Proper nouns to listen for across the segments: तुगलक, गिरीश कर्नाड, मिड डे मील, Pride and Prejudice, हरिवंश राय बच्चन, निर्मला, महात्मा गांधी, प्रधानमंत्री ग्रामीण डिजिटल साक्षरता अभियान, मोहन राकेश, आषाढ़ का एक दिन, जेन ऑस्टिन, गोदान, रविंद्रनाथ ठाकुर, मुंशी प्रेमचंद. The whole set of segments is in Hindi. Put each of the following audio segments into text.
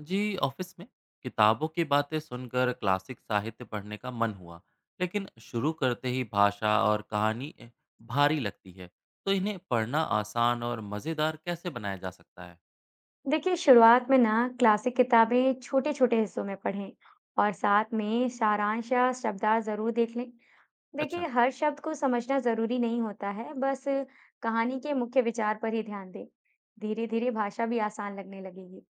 जी ऑफिस में किताबों की बातें सुनकर क्लासिक साहित्य पढ़ने का मन हुआ। लेकिन शुरू करते ही भाषा और कहानी भारी लगती है। तो इन्हें पढ़ना आसान और मज़ेदार कैसे बनाया जा सकता है। देखिए शुरुआत में ना। क्लासिक किताबें छोटे छोटे हिस्सों में पढ़ें और साथ में सारांश या शब्दार्थ जरूर देख लें। अच्छा। देखिए हर शब्द को समझना जरूरी नहीं होता है, बस कहानी के मुख्य विचार पर ही ध्यान दें। धीरे धीरे भाषा भी आसान लगने लगेगी।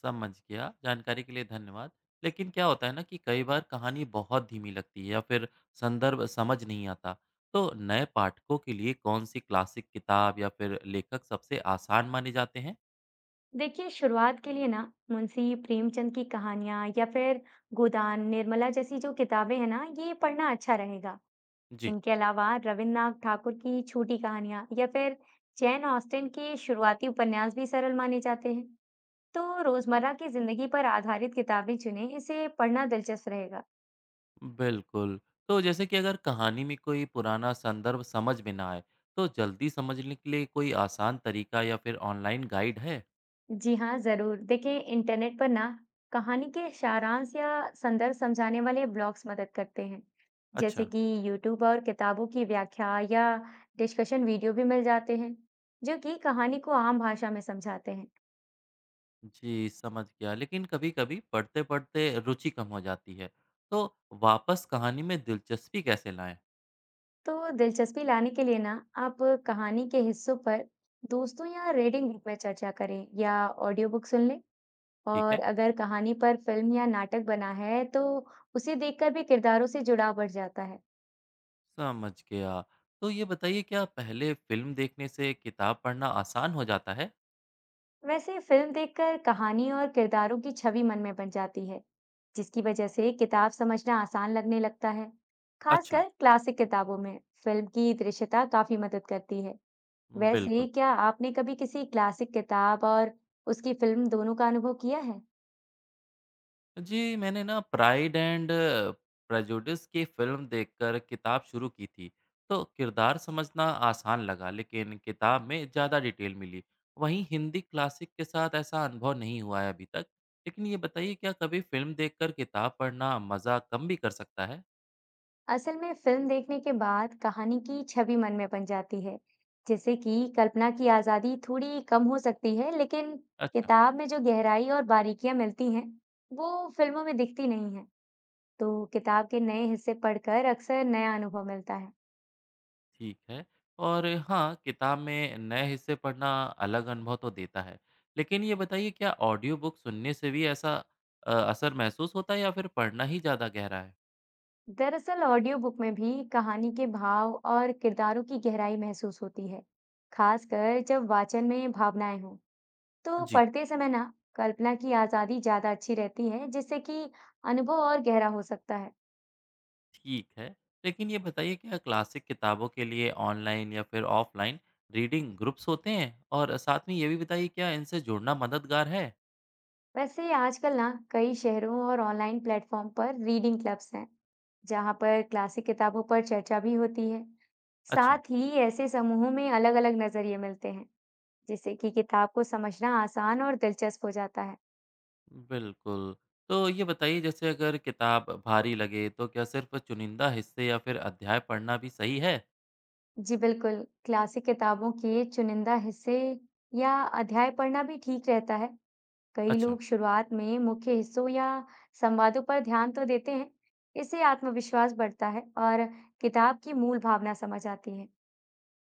समझ गया, जानकारी के लिए धन्यवाद। लेकिन क्या होता है ना कि कई बार कहानी बहुत धीमी लगती है या फिर संदर्भ समझ नहीं आता। तो नए पाठकों के लिए कौन सी क्लासिक किताब या फिर लेखक सबसे आसान माने जाते हैं। देखिए शुरुआत के लिए ना, मुंशी प्रेमचंद की कहानियां या फिर गोदान निर्मला जैसी जो किताबें हैं ना, ये पढ़ना अच्छा रहेगा। जी। इनके अलावा रविन्द्रनाथ ठाकुर की छोटी कहानियां या फिर जैन ऑस्टिन के शुरुआती उपन्यास भी सरल माने जाते हैं। तो रोजमर्रा की जिंदगी पर आधारित किताबें चुनें, इसे पढ़ना दिलचस्प रहेगा। बिल्कुल। तो जैसे कि अगर कहानी में कोई पुराना संदर्भ समझ में ना आए, तो जल्दी समझने के लिए कोई आसान तरीका या फिर ऑनलाइन गाइड है? जी हाँ, जरूर देखें। इंटरनेट पर ना, कहानी के सारांश या संदर्भ समझाने वाले ब्लॉग्स मदद करते हैं। जैसे अच्छा। कि यूट्यूब और किताबों की व्याख्या या डिस्कशन वीडियो भी मिल जाते हैं जो कि कहानी को आम भाषा में समझाते हैं। जी, समझ गया। लेकिन कभी-कभी पढ़ते-पढ़ते रुचि कम हो जाती है, तो वापस कहानी में दिलचस्पी कैसे लाएँ? तो दिलचस्पी लाने के लिए ना, आप कहानी के हिस्सों पर दोस्तों या रीडिंग ग्रुप में चर्चा करें या ऑडियो बुक सुन लें। ठीक और है। अगर कहानी पर फिल्म या नाटक बना है तो उसे देखकर भी किरदारों से जुड़ाव बढ़ जाता है। समझ गया। तो ये बताइए क्या पहले फ़िल्म देखने से किताब पढ़ना आसान हो जाता है? वैसे फिल्म देखकर कहानी और किरदारों की छवि मन में बन जाती है, जिसकी वजह से किताब समझना आसान लगने लगता है। अच्छा। खासकर क्लासिक किताबों में फिल्म की दृश्यता काफी मदद करती है। वैसे बिल्कुल। क्या आपने कभी किसी क्लासिक किताब और उसकी फिल्म दोनों का अनुभव किया है? जी, मैंने ना प्राइड एंड प्रेजुडिस की फ़िल्म देखकर किताब शुरू की थी, तो किरदार समझना आसान लगा, लेकिन किताब में ज़्यादा डिटेल मिली। वहीं हिंदी क्लासिक के साथ ऐसा अनुभव नहीं हुआ है अभी तक। लेकिन ये बताइए, क्या कभी फ़िल्म देखकर किताब पढ़ना मज़ा कम भी कर सकता है? असल में फिल्म देखने के बाद कहानी की छवि मन में बन जाती है, जिससे कि कल्पना की आजादी थोड़ी कम हो सकती है, लेकिन अच्छा, किताब में जो गहराई और बारीकियां मिलती हैं, वो फिल्मों में दिखती नहीं है। तो किताब के नए हिस्से पढ़कर अक्सर नया अनुभव मिलता है। ठीक है। और हाँ, किताब में नए हिस्से पढ़ना अलग अनुभव तो देता है। लेकिन ये बताइए, क्या ऑडियो बुक सुनने से भी ऐसा असर महसूस होता है या फिर पढ़ना ही ज़्यादा गहरा है? दरअसल ऑडियो बुक में भी कहानी के भाव और किरदारों की गहराई महसूस होती है, खासकर जब वाचन में भावनाएं हों। तो जी, पढ़ते समय ना, कल्पना की आजादी ज्यादा अच्छी रहती है, जिससे कि अनुभव और गहरा हो सकता है। ठीक है। लेकिन ये बताइए क्या क्लासिक किताबों के लिए ऑनलाइन या फिर ऑफ़लाइन रीडिंग ग्रुप्स होते हैं? और साथ में ये भी बताइए क्या इनसे जुड़ना मददगार है? वैसे आजकल ना, कई शहरों और ऑनलाइन प्लेटफॉर्म पर रीडिंग क्लब्स हैं जहाँ पर क्लासिक किताबों पर चर्चा भी होती है। अच्छा, साथ ही ऐसे समूहों में अलग-अलग नजरिए मिलते हैं, जिससे कि किताब को समझना आसान और दिलचस्प हो जाता है। बिल्कुल। तो ये बताइए जैसे अगर किताब भारी लगे तो क्या सिर्फ़ चुनिंदा हिस्से या फिर अध्याय पढ़ना भी सही है? जी बिल्कुल, क्लासिक किताबों के चुनिंदा हिस्से या अध्याय पढ़ना भी ठीक रहता है। कई अच्छा, लोग शुरुआत में मुख्य हिस्सों या संवादों पर ध्यान तो देते हैं, इससे आत्मविश्वास बढ़ता है और किताब की मूल भावना समझ आती है।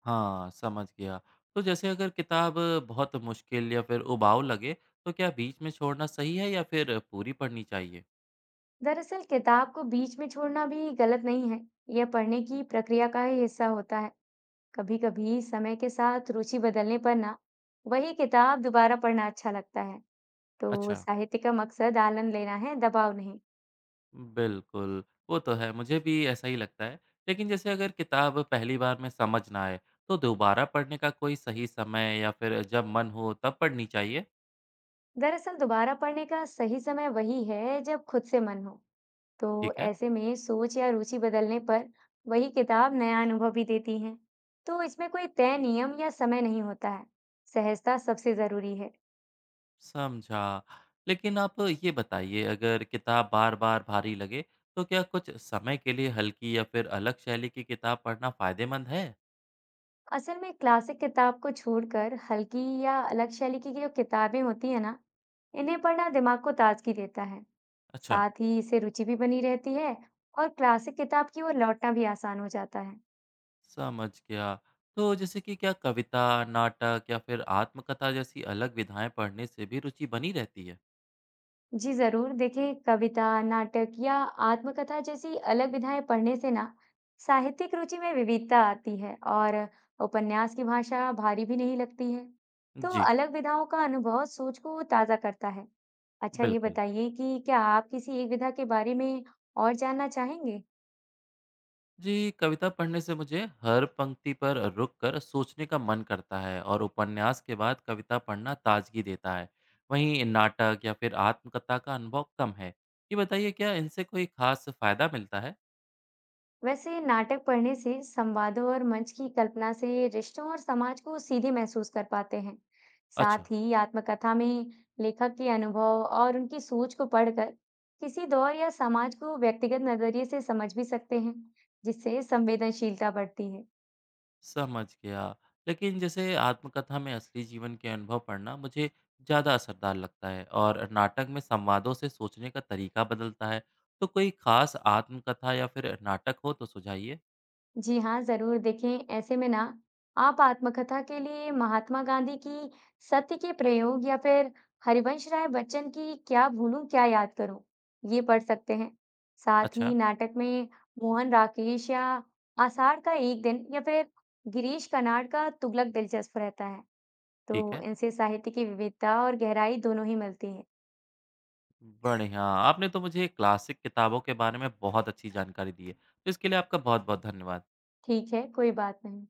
हाँ, समझ गया। तो जैसे अगर किताब बहुत मुश्किल या फिर उबाऊ लगे तो क्या बीच में छोड़ना सही है या फिर पूरी पढ़नी चाहिए? दरअसल किताब को बीच में छोड़ना भी गलत नहीं है, यह पढ़ने की प्रक्रिया का ही हिस्सा होता है। कभी-कभी समय के साथ रुचि बदलने पर ना, वही किताब दोबारा पढ़ना अच्छा लगता है। तो अच्छा। साहित्य का मकसद आनंद लेना है, दबाव नहीं। बिल्कुल, वो तो है, मुझे भी ऐसा ही लगता है। लेकिन जैसे अगर किताब पहली बार में समझ ना आए, तो दोबारा पढ़ने का कोई सही समय या फिर जब मन हो तब पढ़नी चाहिए? दरअसल दोबारा पढ़ने का सही समय वही है जब खुद से मन हो। तो ठीक है, ऐसे में सोच या रुचि बदलने पर वही किताब नया अनुभव भी देती है। तो इसमें कोई तय नियम या समय नहीं होता है, सहजता सबसे जरूरी है। समझा। लेकिन आप ये बताइए अगर किताब बार-बार भारी लगे, तो क्या कुछ समय के लिए हल्की या फिर अलग शैली की किताब पढ़ना फ़ायदेमंद है? असल में क्लासिक किताब को छोड़कर हल्की या अलग शैली की जो किताबें होती है ना, इन्हें पढ़ना दिमाग को ताजगी देता है। अच्छा, साथ ही इसे रुचि भी बनी रहती है और क्लासिक किताब की ओर लौटना भी आसान हो जाता है। समझ गया। तो जैसे कि क्या कविता, नाटक या फिर आत्मकथा जैसी अलग विधाएँ पढ़ने से भी रुचि बनी रहती है? जी जरूर देखिए, कविता, नाटक या आत्मकथा जैसी अलग विधाएं पढ़ने से ना, साहित्यिक रुचि में विविधता आती है और उपन्यास की भाषा भारी भी नहीं लगती है। तो जी, अलग विधाओं का अनुभव सोच को ताजा करता है। अच्छा, ये बिल्कुल। बताइए कि क्या आप किसी एक विधा के बारे में और जानना चाहेंगे? जी कविता पढ़ने से मुझे हर पंक्ति पर रुककर सोचने का मन करता है और उपन्यास के बाद कविता पढ़ना ताजगी देता है। वहीं नाटक या फिर आत्मकथा का अनुभव कम है। ये बताइए क्या इनसे कोई खास फायदा मिलता है। वैसे नाटक पढ़ने से संवादों और मंच की कल्पना से रिश्तों और समाज को सीधे महसूस कर पाते हैं। अच्छा। साथ ही आत्मकथा में लेखक के अनुभव और उनकी सोच को पढ़कर किसी दौर या समाज को व्यक्तिगत नजरिए से समझ भी सकते हैं, जिससे संवेदनशीलता बढ़ती है। समझ गया। लेकिन जैसे आत्मकथा में असली जीवन के अनुभव पढ़ना मुझे ज़्यादा असरदार लगता है और नाटक में संवादों से सोचने का तरीका बदलता है। तो कोई खास आत्मकथा या फिर नाटक हो तो सुझाइए। जी हाँ, ज़रूर देखें। ऐसे में ना, आप आत्मकथा के लिए महात्मा गांधी की सत्य के प्रयोग या फिर हरिवंश राय बच्चन की क्या भूलूं क्या याद करूं, ये पढ़ सकते हैं। साथ ही अच्छा। नाटक में मोहन राकेश या आषाढ़ का एक दिन या फिर गिरीश कर्नाड का तुगलक दिलचस्प रहता है। ठीक तो है। इनसे साहित्य की विविधता और गहराई दोनों ही मिलती है। बढ़िया, आपने तो मुझे क्लासिक किताबों के बारे में बहुत अच्छी जानकारी दी है। तो इसके लिए आपका बहुत-बहुत धन्यवाद। ठीक है, कोई बात नहीं।